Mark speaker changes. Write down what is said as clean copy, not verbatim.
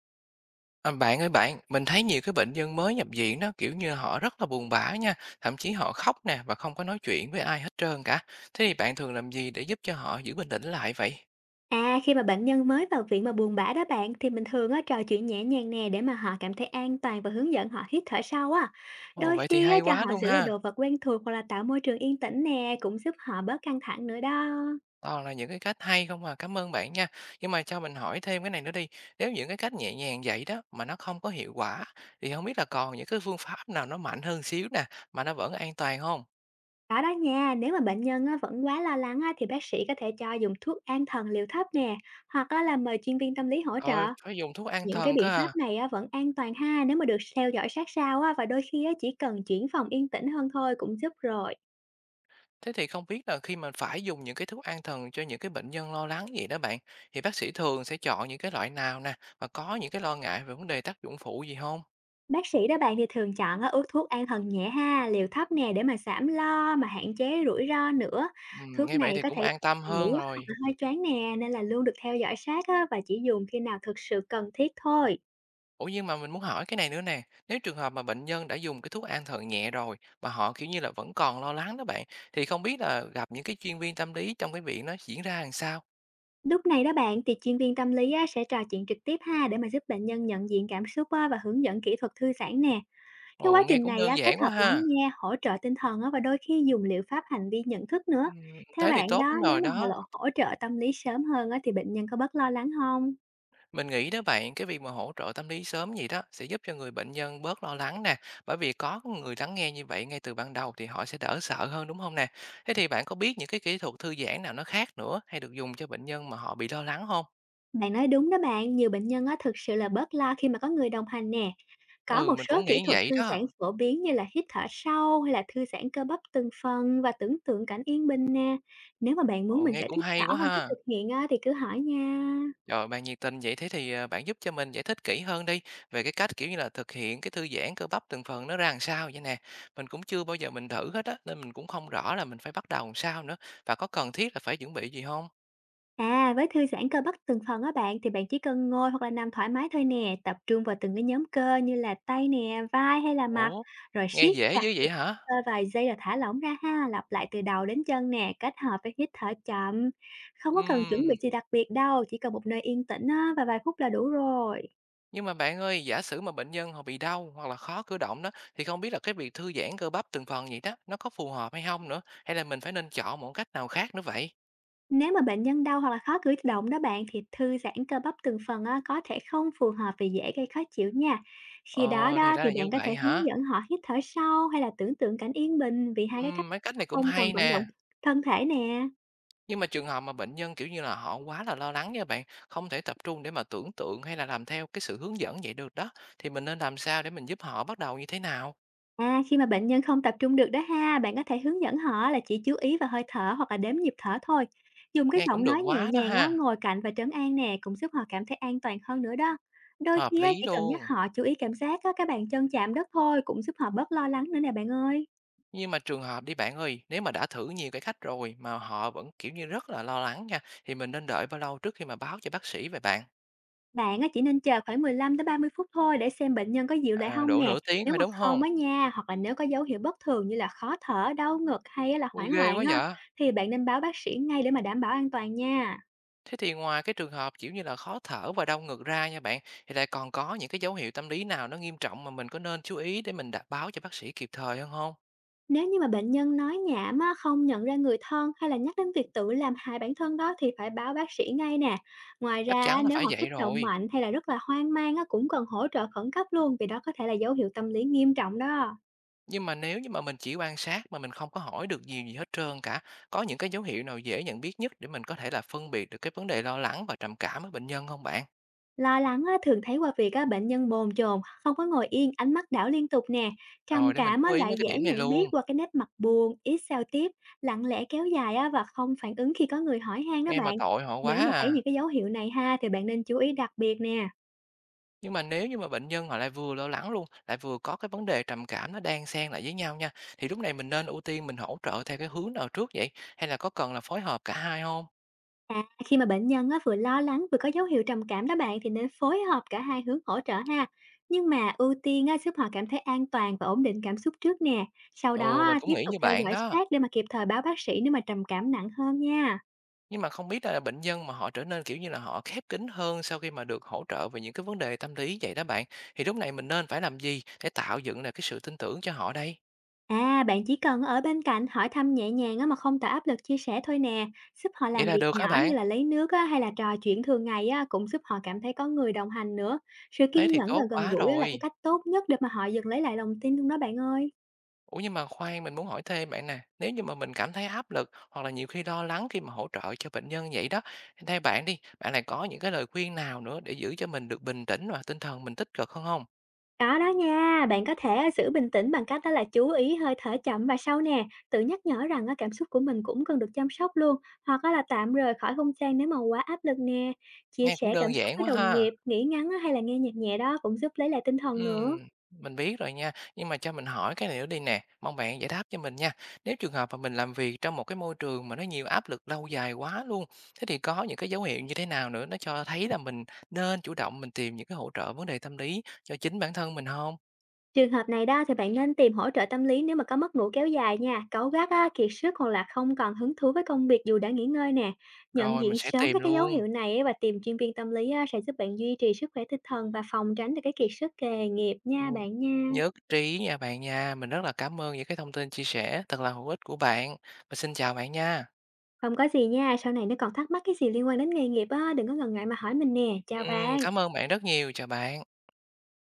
Speaker 1: À, bạn ơi bạn, mình thấy nhiều cái bệnh nhân mới nhập viện đó kiểu như họ rất là buồn bã nha, thậm chí họ khóc nè và không có nói chuyện với ai hết trơn cả. Thế thì bạn thường làm gì để giúp cho họ giữ bình tĩnh lại vậy?
Speaker 2: À, khi mà bệnh nhân mới vào viện mà buồn bã đó bạn thì mình thường á, trò chuyện nhẹ nhàng nè để mà họ cảm thấy an toàn và hướng dẫn họ hít thở sâu á.
Speaker 1: Ồ,
Speaker 2: Đôi
Speaker 1: vậy thì
Speaker 2: khi á,
Speaker 1: hay
Speaker 2: cho
Speaker 1: quá
Speaker 2: họ
Speaker 1: luôn
Speaker 2: giữ lại
Speaker 1: ha.
Speaker 2: đồ vật quen thuộc hoặc là tạo môi trường yên tĩnh nè cũng giúp họ bớt căng thẳng nữa đó.
Speaker 1: Toàn là những cái cách hay không à, cảm ơn bạn nha. Nhưng mà cho mình hỏi thêm cái này nữa đi. Nếu những cái cách nhẹ nhàng vậy đó mà nó không có hiệu quả thì không biết là còn những cái phương pháp nào nó mạnh hơn xíu nè mà nó vẫn an toàn không?
Speaker 2: Đó đó nha, nếu mà bệnh nhân á, vẫn quá lo lắng á, thì bác sĩ có thể cho dùng thuốc an thần liều thấp nè hoặc á, là mời chuyên viên tâm lý hỗ
Speaker 1: Rồi
Speaker 2: trợ.
Speaker 1: phải dùng thuốc an
Speaker 2: Những cái
Speaker 1: thần cơ
Speaker 2: biện
Speaker 1: à.
Speaker 2: pháp này á, vẫn an toàn ha nếu mà được theo dõi sát sao á, và đôi khi á, chỉ cần chuyển phòng yên tĩnh hơn thôi cũng giúp rồi.
Speaker 1: Thế thì không biết là khi mà phải dùng những cái thuốc an thần cho những cái bệnh nhân lo lắng gì đó bạn, thì bác sĩ thường sẽ chọn những cái loại nào nè và có những cái lo ngại về vấn đề tác dụng phụ gì không?
Speaker 2: Bác sĩ đó bạn thì thường chọn á, uống thuốc an thần nhẹ ha, liều thấp nè để mà giảm lo mà hạn chế rủi ro nữa. Thuốc
Speaker 1: Nghe
Speaker 2: này
Speaker 1: vậy thì
Speaker 2: có
Speaker 1: cũng
Speaker 2: thể
Speaker 1: an tâm hơn
Speaker 2: ngủ á, hoặc
Speaker 1: rồi.
Speaker 2: là hơi choáng nè nên là luôn được theo dõi sát á, và chỉ dùng khi nào thực sự cần thiết thôi.
Speaker 1: Ủa, nhưng mà mình muốn hỏi cái này nữa nè, nếu trường hợp mà bệnh nhân đã dùng cái thuốc an thần nhẹ rồi mà họ, kiểu như là, vẫn còn lo lắng đó bạn, thì không biết là gặp những cái chuyên viên tâm lý trong cái viện nó diễn ra làm sao?
Speaker 2: Lúc này đó bạn thì chuyên viên tâm lý á, sẽ trò chuyện trực tiếp ha để mà giúp bệnh nhân nhận diện cảm xúc á, và hướng dẫn kỹ thuật thư giãn nè. Cái
Speaker 1: Ồ,
Speaker 2: quá
Speaker 1: nghe
Speaker 2: trình
Speaker 1: cũng
Speaker 2: này á,
Speaker 1: đơn
Speaker 2: kết
Speaker 1: giản quá
Speaker 2: hợp lắng
Speaker 1: ha.
Speaker 2: nghe, hỗ trợ tinh thần á, và đôi khi dùng liệu pháp hành vi nhận thức nữa.
Speaker 1: Ừm,
Speaker 2: Theo
Speaker 1: thế thì
Speaker 2: bạn
Speaker 1: tốt
Speaker 2: đó,
Speaker 1: lắm
Speaker 2: nếu
Speaker 1: rồi
Speaker 2: mà họ
Speaker 1: đó.
Speaker 2: lộ hỗ trợ tâm lý sớm hơn á, thì bệnh nhân có bớt lo lắng không?
Speaker 1: Mình nghĩ đó bạn, cái việc mà hỗ trợ tâm lý sớm gì đó sẽ giúp cho người bệnh nhân bớt lo lắng nè, bởi vì có người lắng nghe như vậy ngay từ ban đầu thì họ sẽ đỡ sợ hơn đúng không nè? Thế thì bạn có biết những cái kỹ thuật thư giãn nào nó khác nữa hay được dùng cho bệnh nhân mà họ bị lo lắng không?
Speaker 2: Bạn nói đúng đó bạn, nhiều bệnh nhân á, thực sự là bớt lo khi mà có người đồng hành nè. Có
Speaker 1: Ừ,
Speaker 2: một
Speaker 1: mình
Speaker 2: số
Speaker 1: cũng
Speaker 2: kỹ
Speaker 1: nghĩ
Speaker 2: thuật
Speaker 1: vậy
Speaker 2: thư
Speaker 1: đó.
Speaker 2: giãn phổ biến như là hít thở sâu hay là thư giãn cơ bắp từng phần và tưởng tượng cảnh yên bình nè. Nếu mà bạn muốn
Speaker 1: Ồ,
Speaker 2: mình
Speaker 1: nghe
Speaker 2: giải
Speaker 1: cũng
Speaker 2: thích
Speaker 1: hay
Speaker 2: rõ
Speaker 1: quá
Speaker 2: hơn cách
Speaker 1: ha.
Speaker 2: thực hiện á, thì cứ hỏi nha.
Speaker 1: Rồi bạn nhiệt tình vậy thế thì bạn giúp cho mình giải thích kỹ hơn đi về cái cách kiểu như là thực hiện cái thư giãn cơ bắp từng phần nó ra làm sao vậy nè. Mình cũng chưa bao giờ mình thử hết á nên mình cũng không rõ là mình phải bắt đầu làm sao nữa và có cần thiết là phải chuẩn bị gì không?
Speaker 2: À, với thư giãn cơ bắp từng phần á bạn thì bạn chỉ cần ngồi hoặc là nằm thoải mái thôi nè, tập trung vào từng cái nhóm cơ như là tay nè, vai hay là mặt,
Speaker 1: Ủa,
Speaker 2: rồi
Speaker 1: nghe
Speaker 2: siết
Speaker 1: dễ
Speaker 2: chặt
Speaker 1: dữ
Speaker 2: từng
Speaker 1: vậy hả?
Speaker 2: cơ vài giây rồi thả lỏng ra ha, lặp lại từ đầu đến chân nè, kết hợp với hít thở chậm. Không có cần chuẩn bị
Speaker 1: Ừm,
Speaker 2: gì đặc biệt đâu, chỉ cần một nơi yên tĩnh á, và vài phút là đủ rồi.
Speaker 1: nhưng mà bạn ơi, giả sử mà bệnh nhân họ bị đau hoặc là khó cử động đó, thì không biết là cái việc thư giãn cơ bắp từng phần vậy đó, nó có phù hợp hay không nữa? Hay là mình phải nên chọn một cách nào khác nữa vậy?
Speaker 2: Nếu mà bệnh nhân đau hoặc là khó cử động đó bạn thì thư giãn cơ bắp từng phần á, có thể không phù hợp vì dễ gây khó chịu nha. Khi đó
Speaker 1: Ồ, thì
Speaker 2: đó
Speaker 1: ra
Speaker 2: thì
Speaker 1: là như
Speaker 2: bạn có thể
Speaker 1: vậy
Speaker 2: hướng
Speaker 1: hả?
Speaker 2: dẫn họ hít thở sâu hay là tưởng tượng cảnh yên bình vì hai cái cách
Speaker 1: Mấy cách này cũng
Speaker 2: không cần
Speaker 1: hay
Speaker 2: vận động
Speaker 1: nè.
Speaker 2: thân thể nè.
Speaker 1: Nhưng mà trường hợp mà bệnh nhân, kiểu như là, họ quá là lo lắng nha bạn, không thể tập trung để mà tưởng tượng hay là làm theo cái sự hướng dẫn vậy được đó, thì mình nên làm sao để mình giúp họ bắt đầu như thế nào?
Speaker 2: À, khi mà bệnh nhân không tập trung được đó ha, bạn có thể hướng dẫn họ là chỉ chú ý vào hơi thở hoặc là đếm nhịp thở thôi. Dùng cái
Speaker 1: Nghe cũng
Speaker 2: giọng
Speaker 1: được
Speaker 2: nói nhẹ
Speaker 1: quá đó
Speaker 2: nhàng á,
Speaker 1: ha,
Speaker 2: ngồi cạnh và trấn an nè, cũng giúp họ cảm thấy an toàn hơn nữa đó. Đôi
Speaker 1: hợp
Speaker 2: khi á,
Speaker 1: lý
Speaker 2: chỉ cần nhắc
Speaker 1: luôn.
Speaker 2: họ chú ý cảm giác á, các bạn chân chạm đất thôi, cũng giúp họ bớt lo lắng nữa nè bạn ơi.
Speaker 1: Nhưng mà trường hợp đi bạn ơi, nếu mà đã thử nhiều cái cách rồi mà họ vẫn, kiểu như, rất là lo lắng nha, thì mình nên đợi bao lâu trước khi mà báo cho bác sĩ về bạn?
Speaker 2: Bạn á, chỉ nên chờ khoảng 15 đến 30 phút thôi để xem bệnh nhân có dịu lại
Speaker 1: À,
Speaker 2: không
Speaker 1: độ
Speaker 2: nè.
Speaker 1: nửa tiếng
Speaker 2: Nếu
Speaker 1: thôi,
Speaker 2: mà
Speaker 1: đúng
Speaker 2: không
Speaker 1: không?
Speaker 2: á nha, hoặc là nếu có dấu hiệu bất thường như là khó thở, đau ngực hay á là
Speaker 1: Ôi,
Speaker 2: hoảng
Speaker 1: ghê
Speaker 2: loạn
Speaker 1: quá
Speaker 2: á,
Speaker 1: vậy!
Speaker 2: thì bạn nên báo bác sĩ ngay để mà đảm bảo an toàn nha.
Speaker 1: Thế thì ngoài cái trường hợp, kiểu như là, khó thở và đau ngực ra nha bạn, thì lại còn có những cái dấu hiệu tâm lý nào nó nghiêm trọng mà mình có nên chú ý để mình đã báo cho bác sĩ kịp thời hơn không?
Speaker 2: Nếu như mà bệnh nhân nói nhảm á, không nhận ra người thân hay là nhắc đến việc tự làm hại bản thân đó thì phải báo bác sĩ ngay nè. Ngoài
Speaker 1: Chắc
Speaker 2: ra á,
Speaker 1: chắn là
Speaker 2: nếu
Speaker 1: phải
Speaker 2: họ kích
Speaker 1: vậy
Speaker 2: động
Speaker 1: rồi.
Speaker 2: mạnh hay là rất là hoang mang á, cũng cần hỗ trợ khẩn cấp luôn vì đó có thể là dấu hiệu tâm lý nghiêm trọng đó.
Speaker 1: Nhưng mà nếu như mà mình chỉ quan sát mà mình không có hỏi được nhiều gì hết trơn cả, có những cái dấu hiệu nào dễ nhận biết nhất để mình có thể là phân biệt được cái vấn đề lo lắng và trầm cảm ở bệnh nhân không bạn?
Speaker 2: Lo lắng á, thường thấy qua việc á, bệnh nhân bồn chồn, không có ngồi yên, ánh mắt đảo liên tục nè. Trầm
Speaker 1: Rồi để mình
Speaker 2: cảm
Speaker 1: chú
Speaker 2: á,
Speaker 1: ý mấy
Speaker 2: lại
Speaker 1: cái
Speaker 2: dễ
Speaker 1: điểm này
Speaker 2: nhận biết
Speaker 1: luôn,
Speaker 2: qua cái nét mặt buồn, ít giao tiếp, lặng lẽ kéo dài á, và không phản ứng khi có người hỏi han đó
Speaker 1: nghe mà
Speaker 2: bạn.
Speaker 1: tội họ quá
Speaker 2: Nếu mà thấy
Speaker 1: à.
Speaker 2: những cái dấu hiệu này ha thì bạn nên chú ý đặc biệt nè.
Speaker 1: Nhưng mà nếu như mà bệnh nhân họ lại vừa lo lắng luôn, lại vừa có cái vấn đề trầm cảm nó đang xen lại với nhau nha, thì lúc này mình nên ưu tiên mình hỗ trợ theo cái hướng nào trước vậy? Hay là có cần là phối hợp cả hai không?
Speaker 2: À, khi mà bệnh nhân á, vừa lo lắng vừa có dấu hiệu trầm cảm đó bạn thì nên phối hợp cả hai hướng hỗ trợ ha. Nhưng mà ưu tiên á, giúp họ cảm thấy an toàn và ổn định cảm xúc trước nè. Sau đó
Speaker 1: Ừ, mình
Speaker 2: á,
Speaker 1: cũng
Speaker 2: tiếp
Speaker 1: nghĩ
Speaker 2: tục
Speaker 1: như
Speaker 2: theo
Speaker 1: bạn
Speaker 2: dõi
Speaker 1: đó.
Speaker 2: sát để mà kịp thời báo bác sĩ nếu mà trầm cảm nặng hơn nha.
Speaker 1: Nhưng mà không biết là bệnh nhân mà họ trở nên, kiểu như là, họ khép kín hơn sau khi mà được hỗ trợ về những cái vấn đề tâm lý vậy đó bạn, thì lúc này mình nên phải làm gì để tạo dựng lại cái sự tin tưởng cho họ đây?
Speaker 2: À, bạn chỉ cần ở bên cạnh hỏi thăm nhẹ nhàng á, mà không tạo áp lực chia sẻ thôi nè. Giúp họ
Speaker 1: Vậy
Speaker 2: làm
Speaker 1: là
Speaker 2: việc
Speaker 1: được hả
Speaker 2: nhỏ
Speaker 1: bạn?
Speaker 2: như là lấy nước á, hay là trò chuyện thường ngày á, cũng giúp họ cảm thấy có người đồng hành nữa. Sự
Speaker 1: Thế
Speaker 2: kiên
Speaker 1: thì
Speaker 2: nhẫn và
Speaker 1: tốt
Speaker 2: gần
Speaker 1: quá
Speaker 2: gũi á, là cái
Speaker 1: rồi.
Speaker 2: cách tốt nhất để mà họ dần lấy lại lòng tin luôn đó bạn ơi.
Speaker 1: Ủa, nhưng mà khoan, mình muốn hỏi thêm bạn nè, nếu như mà mình cảm thấy áp lực hoặc là nhiều khi lo lắng khi mà hỗ trợ cho bệnh nhân vậy đó, thì theo bạn đi, bạn lại có những cái lời khuyên nào nữa để giữ cho mình được bình tĩnh và tinh thần mình tích cực hơn không?
Speaker 2: Có đó nha, bạn có thể giữ bình tĩnh bằng cách đó là chú ý hơi thở chậm và sâu nè, tự nhắc nhở rằng á, cảm xúc của mình cũng cần được chăm sóc luôn, hoặc á là tạm rời khỏi không gian nếu mà quá áp lực nè. Chia
Speaker 1: Nghe cũng
Speaker 2: sẻ cảm
Speaker 1: đơn
Speaker 2: xúc
Speaker 1: giản
Speaker 2: với
Speaker 1: quá
Speaker 2: đồng
Speaker 1: ha.
Speaker 2: nghiệp, nghỉ ngắn á, hay là nghe nhạc nhẹ đó cũng giúp lấy lại tinh thần nữa.
Speaker 1: Mình biết rồi nha, nhưng mà cho mình hỏi cái này nữa đi nè, mong bạn giải đáp cho mình nha. Nếu trường hợp mà mình làm việc trong một cái môi trường mà nó nhiều áp lực lâu dài quá luôn, thế thì có những cái dấu hiệu như thế nào nữa nó cho thấy là mình nên chủ động mình tìm những cái hỗ trợ vấn đề tâm lý cho chính bản thân mình không?
Speaker 2: Trường hợp này đó thì bạn nên tìm hỗ trợ tâm lý nếu mà có mất ngủ kéo dài nha, cáu gắt á, kiệt sức hoặc là không còn hứng thú với công việc dù đã nghỉ ngơi nè. Nhận
Speaker 1: Rồi
Speaker 2: diện
Speaker 1: mình sẽ
Speaker 2: sớm
Speaker 1: tìm
Speaker 2: các cái dấu
Speaker 1: luôn.
Speaker 2: hiệu này á và tìm chuyên viên tâm lý á, sẽ giúp bạn duy trì sức khỏe tinh thần và phòng tránh được cái kiệt sức nghề nghiệp nha
Speaker 1: Ừm,
Speaker 2: bạn nha.
Speaker 1: nhất trí nha bạn nha, mình rất là cảm ơn những cái thông tin chia sẻ thật là hữu ích của bạn. Mình xin chào bạn nha.
Speaker 2: Không có gì nha, sau này nếu còn thắc mắc cái gì liên quan đến nghề nghiệp á, đừng có ngần ngại mà hỏi mình nè. Chào bạn.
Speaker 1: Cảm ơn bạn rất nhiều, chào bạn.